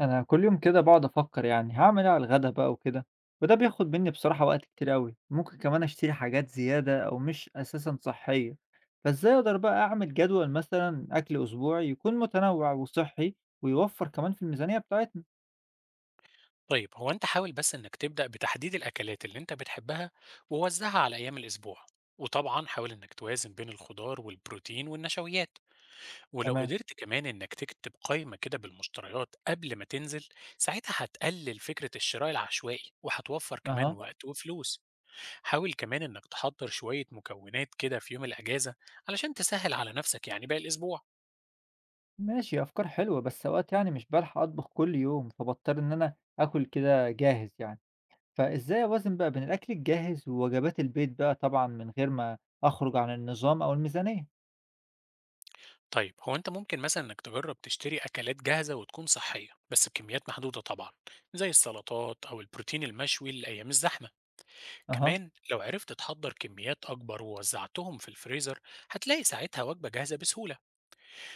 أنا كل يوم كده بقعد أفكر يعني هعمل إيه على الغدا بقى وكده. وده بياخد مني بصراحة وقت كتير أوي، ممكن كمان أشتري حاجات زيادة أو مش أساسا صحية. فإزاي أقدر بقى أعمل جدول مثلا أكل أسبوعي يكون متنوع وصحي ويوفر كمان في الميزانية بتاعتنا؟ طيب هو أنت حاول بس إنك تبدأ بتحديد الأكلات اللي أنت بتحبها ووزعها على أيام الأسبوع. وطبعا حاول إنك توازن بين الخضار والبروتين والنشويات، ولو تمام. قدرت كمان إنك تكتب قائمة كده بالمشتريات قبل ما تنزل. ساعتها هتقلل فكرة الشراء العشوائي وهتوفر كمان أها. وقت وفلوس. حاول كمان إنك تحضر شوية مكونات كده في يوم الأجازة علشان تسهل على نفسك يعني باقي الأسبوع. ماشي، أفكار حلوة، بس أوقات يعني مش بلحق أطبخ كل يوم فبضطر إن أنا آكل كده جاهز يعني. فإزاي أوازن بقى بين الأكل الجاهز ووجبات البيت بقى، طبعا من غير ما أخرج عن النظام أو الميزانية؟ طيب هو انت ممكن مثلا انك تجرب تشتري اكلات جاهزة وتكون صحية بس بكميات محدودة طبعا، زي السلطات او البروتين المشوي لايام الزحمة. أها. كمان لو عرفت تحضر كميات اكبر ووزعتهم في الفريزر، هتلاقي ساعتها وجبة جاهزة بسهولة.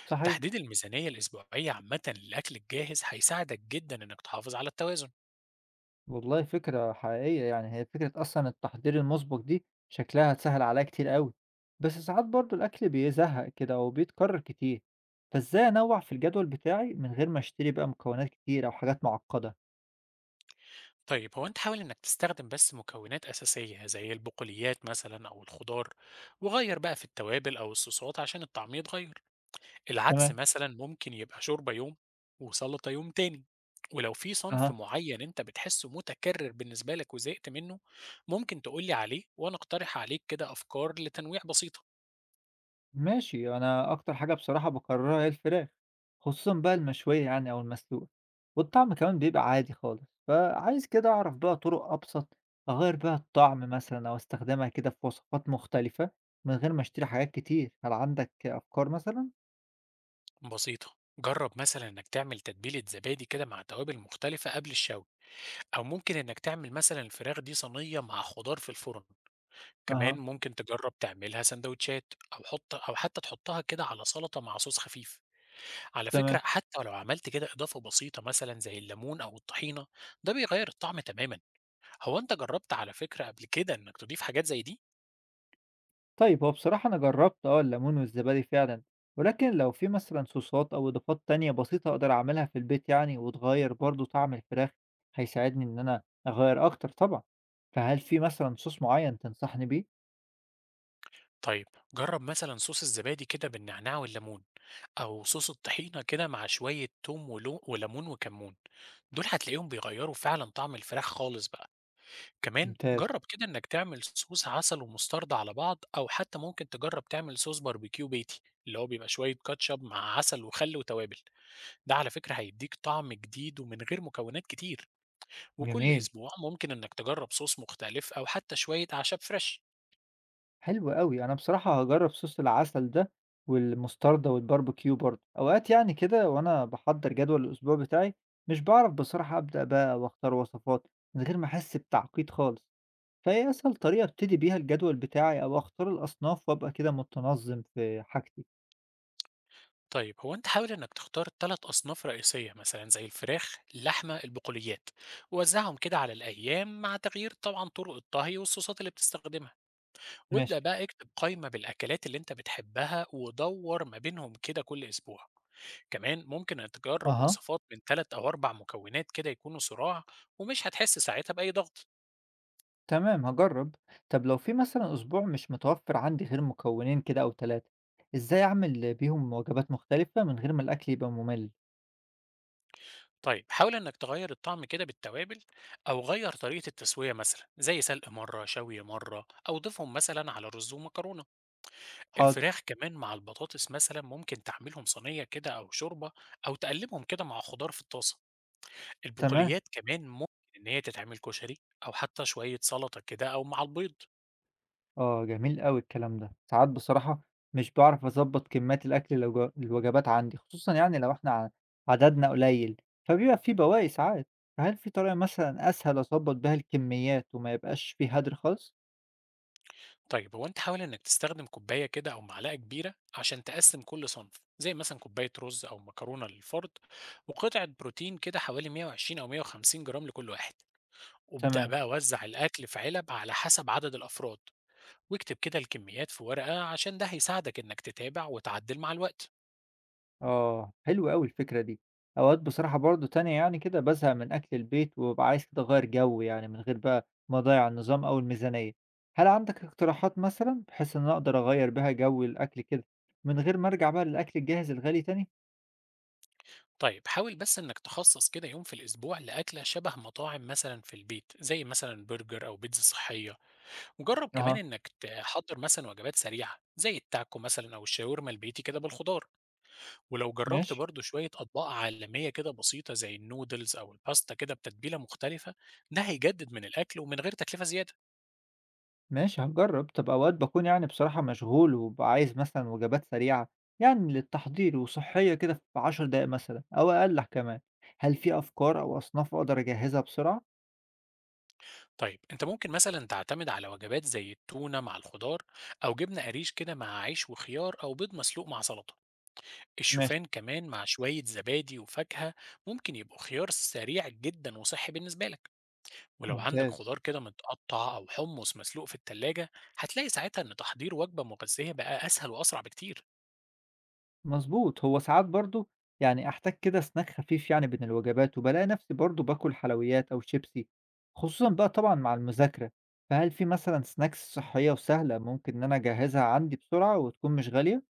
صحيح. تحديد الميزانية الاسبوعية عامة للاكل الجاهز هيساعدك جدا انك تحافظ على التوازن. والله فكرة حقيقية، يعني هي فكرة أصلًا التحضير المُسبق دي شكلها هتسهّل عليّا كتير أوي، بس ساعات برضه الأكل بيزهّق كده وبيتكرر كتير، فإزاي أنوّع في الجدول بتاعي من غير ما أشتري بقى مكونات كتير أو حاجات معقدة؟ طيب هو انت حاول انك تستخدم بس مكونات اساسية زي البقوليات مثلا او الخضار، وغير بقى في التوابل او الصوصات عشان الطعم يتغير. العدس تمام، مثلًا ممكن يبقى شوربة يوم، وسلطة يوم تاني، ولو في صنف أها. معين أنت بتحسه متكرر بالنسبة لك وزهقت منه، ممكن تقول لي عليه وأنا أقترح عليك كده أفكار لتنويع بسيطة. ماشي، أنا أكتر حاجة بصراحة باكررها هي الفراخ، خصوصًا بقى المشوية يعني أو المسلوقة، والطعم كمان بيبقى عادي خالص، فعايز كده أعرف بقى طرق أبسط أغيّر بيها الطعم مثلًا أو أستخدمها كده في وصفات مختلفة من غير ما أشتري حاجات كتير، هل عندك أفكار مثلًا؟ بسيطة، جرب مثلًا إنك تعمل تتبيلة زبادي كده مع توابل مختلفة قبل الشوي، أو ممكن إنك تعمل مثلًا الفراخ دي صينية مع خضار في الفرن، كمان أها، ممكن تجرب تعملها سندوتشات أو حتى تحطها كده على سلطة مع صوص خفيف. على فكرة تمام. حتى لو عملت كده إضافة بسيطة مثلا زي الليمون أو الطحينة، ده بيغير الطعم تماما. هو أنت جربت على فكرة قبل كده إنك تضيف حاجات زي دي؟ طيب هو بصراحة أنا جربت الليمون والزبادي فعلا، ولكن لو في مثلا صوصات أو إضافات تانية بسيطة أقدر أعملها في البيت يعني وتغير برضو طعم الفراخ هيساعدني إن أنا أغير أكتر طبعا. فهل في مثلا صوص معين تنصحني بيه؟ طيب، جرب مثلا صوص الزبادي كده بالنعناع والليمون، أو صوص الطحينة كده مع شوية توم وليمون وكمون. دول هتلاقيهم بيغيروا فعلا طعم الفراخ خالص بقى. كمان ممتاز. جرب كده إنك تعمل صوص عسل ومستردة على بعض، أو حتى ممكن تجرب تعمل صوص باربيكيو بيتي اللي هو بيبقى شوية كاتشب مع عسل وخل وتوابل. ده على فكرة هيديك طعم جديد ومن غير مكونات كتير، وكل جميل. أسبوع ممكن إنك تجرب صوص مختلف أو حتى شوية أعشاب فريش. حلو قوي، أنا بصراحة هجرب صوص العسل ده والمستردة والباربيكيو برضه أوقات يعني كده. وأنا بحضر جدول الأسبوع بتاعي مش بعرف بصراحة أبدأ بقى وأختار وصفات من غير ما أحس بتعقيد خالص. فإيه أسهل طريقة أبتدي بيها الجدول بتاعي أو أختار الأصناف وأبقى كده متنظم في حاجتي؟ طيب هو أنت حاول إنك تختار ثلاث أصناف رئيسية مثلا زي الفراخ اللحمة البقوليات، ووزعهم كده على الأيام مع تغيير طبعا طرق الطهي والصوصات اللي بتستخدمها. وابدأ ماشي. بقى اكتب قائمة بالأكلات اللي أنت بتحبها ودور ما بينهم كده كل أسبوع. كمان ممكن إنك تجرب أها. وصفات من ثلاث أو أربع مكونات كده يكونوا صراع، ومش هتحس ساعتها بأي ضغط. تمام، هجرب. طب لو في مثلا أسبوع مش متوفر عندي غير مكونين كده أو ثلاثة، إزاي أعمل بيهم وجبات مختلفة من غير ما الأكل يبقى ممل؟ طيب حاول انك تغير الطعم كده بالتوابل، او غير طريقة التسوية مثلا زي سلق مرة شوي مرة، او ضيفهم مثلا على رز ومكرونة. حاضر. الفراخ كمان مع البطاطس مثلا ممكن تعملهم صينية كده او شوربة، او تقلبهم كده مع خضار في الطاسة. تمام. البقوليات كمان ممكن ان هي تتعمل كشري، او حتى شوية سلطة كده او مع البيض. آه، جميل أوي الكلام ده. ساعات بصراحة مش باعرف أضبّط كميات الأكل الوجبات عندي، خصوصًا يعني لو إحنا عددنا قليل، فبيبقى في بواقي ساعات. فهل في طريقة مثلًا أسهل أضبّط بيها الكميات وما يبقاش في هدر خالص؟ طيب هو انت حاول انك تستخدم كوبايه كده او معلقه كبيره عشان تقسم كل صنف، زي مثلا كوبايه رز او مكرونه للفرد، وقطعه بروتين كده حوالي 120 او 150 جرام لكل واحد. وابدا تمام. بقى وزع الاكل في علب على حسب عدد الافراد، واكتب كده الكميات في ورقه عشان ده هيساعدك انك تتابع وتعدل مع الوقت. آه، حلوة أوي الفكرة دي. أوقات بصراحة برضه تانية يعني كده بازهق من أكل البيت وبابقى عايز كده أغيّر جو، يعني من غير بقى ما أضيّع النظام أو الميزانية. هل عندك اقتراحات مثلًا بحيث إن أنا أقدر أغيّر بيها جو الأكل كده من غير ما أرجع بقى للأكل الجاهز الغالي تاني؟ طيب حاول بس انك تخصص كده يوم في الاسبوع لاكله شبه مطاعم مثلا في البيت، زي مثلا برجر او بيتزا صحيه. وجرب كمان أها. انك تحضر مثلا وجبات سريعه زي التاكو مثلا او الشاورما البيتي كده بالخضار. ولو جربت ماشي. برضو شويه اطباق عالميه كده بسيطه زي النودلز او الباستا كده بتتبيله مختلفه، ده هيجدد من الاكل ومن غير تكلفه زياده. ماشي، هنجرّب. طَب أوقات باكون يعني بصراحة مشغول وبابقى عايز مثلًا وجبات سريعة يعني للتحضير وصحّية كده في 10 دقايق مثلًا أو أقل كمان، هل في أفكار أو أصناف أقدر أجهّزها بسرعة؟ طيب انت ممكن مثلا تعتمد على وجبات زي التونه مع الخضار، او جبنه قريش كده مع عيش وخيار، او بيض مسلوق مع سلطه. ماشي. الشوفان كمان مع شويه زبادي وفاكهه ممكن يبقوا خيار سريع جدا وصحي بالنسبه لك. ولو عندك ممتاز. خضار كده متقطع أو حمص مسلوق في التلاجة، هتلاقي ساعتها إن تحضير وجبة مغذية بقى أسهل وأسرع بكتير. مضبوط. هو ساعات برضه يعني أحتاج كده snack خفيف يعني بين الوجبات وبالاقي نَفْسي برضه باكُل حلويات أو شيبسي، خصوصًا بقى طبعًا مع المذاكرة، فهل في مثلًا snacks صحّية وسهلة ممكن إن أنا أجهّزها عندي بسرعة وتكون مش غالية؟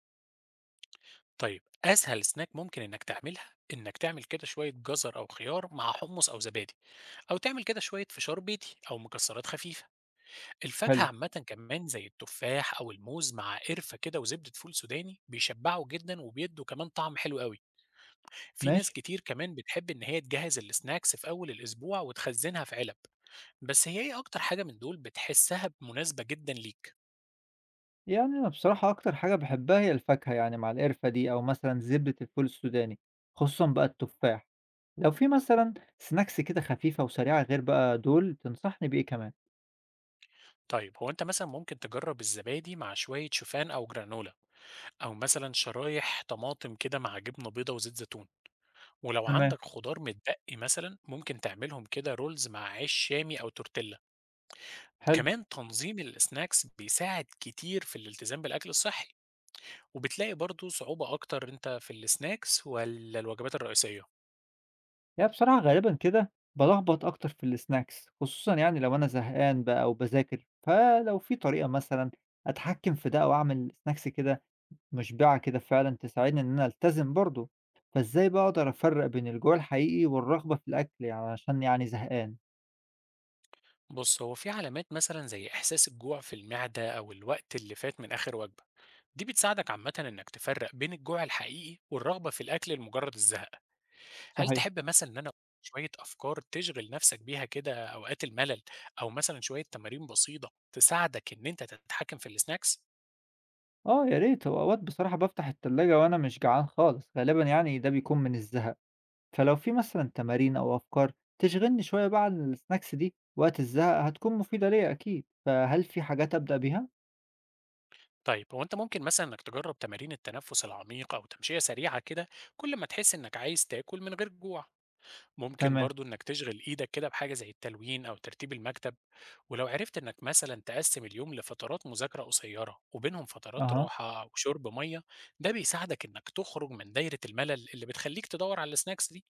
طيب أسهل سناك ممكن إنك تعملها إنك تعمل كده شوية جزر أو خيار مع حمص أو زبادي، أو تعمل كده شوية فشار بيتي أو مكسرات خفيفة. الفاكهة حلو. عامة كمان زي التفاح أو الموز مع قرفة كده وزبدة فول سوداني بيشبعوا جدا وبيدوا كمان طعم حلو قوي. في ناس ماشي. كتير كمان بتحب إن هي تجهز السناكس في أول الأسبوع وتخزنها في علب. بس هي ايه اكتر حاجة من دول بتحسها مناسبة جدا ليك؟ يعني أنا بصراحة أكتر حاجة باحبها هي الفاكهة يعني مع القرفة دي أو مثلًا زبدة الفول السوداني، خصوصًا بقى التفاح. لو في مثلًا سناكس كده خفيفة وسريعة غير بقى دول تنصحني بإيه كمان؟ طيب هو انت مثلا ممكن تجرب الزبادي مع شوية شوفان او جرانولا، او مثلا شرايح طماطم كده مع جبنة بيضة وزيت زيتون. ولو تمام. عندك خضار متبقي مثلا ممكن تعملهم كده رولز مع عيش شامي او تورتيلا. حلو. كمان تنظيم السناكس بيساعد كتير في الالتزام بالاكل الصحي. وبتلاقي برضو صعوبة اكتر انت في السناكس ولا الوجبات الرئيسية؟ يعني بصراحة غالبًا كده بالخبط أكتر في السناكس، خصوصًا يعني لو أنا زهقان بقى أو باذاكر، فلو في طريقة مثلًا أتحكم في ده أو أعمل سناكس كده مشبعة كده فعلًا تساعدني إن أنا ألتزم برضه، فإزاي بقى أقدر أفرّق بين الجوع الحقيقي والرغبة في الأكل يعني علشان يعني زهقان؟ بص هو في علامات مثلا زي احساس الجوع في المعدة او الوقت اللي فات من اخر وجبة، دي بتساعدك عامة إنك تفرق بين الجوع الحقيقي والرغبة في الأكل لمجرد الزهق. هل صحيح. تحب مثلا إن أنا شوية أفكار تشغل نفسك بيها كده أوقات الملل، أو مثلا شوية تمارين بسيطة تساعدك إن أنت تتحكم في السناكس؟ آه، يا ريت. هو أوقات بصراحة بافتح التلاجة وأنا مش جعان خالص، غالبًا يعني ده بيكون من الزهق، فلو في مثلًا تمارين أو أفكار تشغلني شوية بقى عن السناكس دي وقت الزهق هتكون مفيدة ليا أكيد، فهل في حاجات أبدأ بيها؟ طيب هو أنت ممكن مثلا إنك تجرب تمارين التنفس العميق أو تمشية سريعة كده كل ما تحس إنك عايز تاكل من غير جوع. ممكن تمام. برضو إنك تشغل إيدك كده بحاجة زي التلوين أو ترتيب المكتب. ولو عرفت إنك مثلا تقسم اليوم لفترات مذاكرة قصيرة وبينهم فترات أها. راحة أو شرب مية، ده بيساعدك إنك تخرج من دايرة الملل اللي بتخليك تدور على السناكس دي.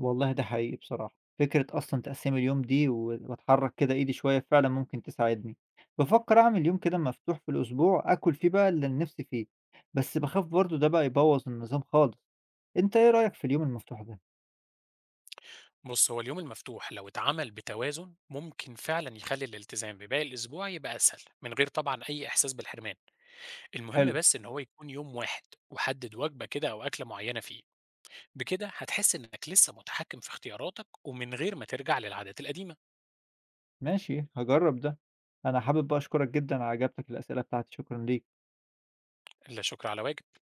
والله ده حقيقي بصراحة، فكرة أصلًا تقسيم اليوم دي وأتحرك كده إيدي شوية فعلًا ممكن تساعدني، بافكر أعمل يوم كده مفتوح في الأسبوع آكل فيه بقى اللي نِفْسي فيه، بس باخاف برضه ده بقى يبوّظ النظام خالص، أنت إيه رأيك في اليوم المفتوح ده؟ بص هو اليوم المفتوح لو اتعمل بتوازن ممكن فعلا يخلي الالتزام بباقي الأسبوع يبقى أسهل من غير طبعا أي إحساس بالحرمان. المهم حلو. بس إن هو يكون يوم واحد، وحدد وجبة كده أو أكلة معينة فيه. بكده هتحس إنك لسه متحكم في اختياراتك ومن غير ما ترجع للعادات القديمة. ماشي، هاجرّب ده. أنا حابب بقى أشكرك جدًا على إجابتك للأسئلة بتاعتي، شكرًا ليك. لا شكر على واجب.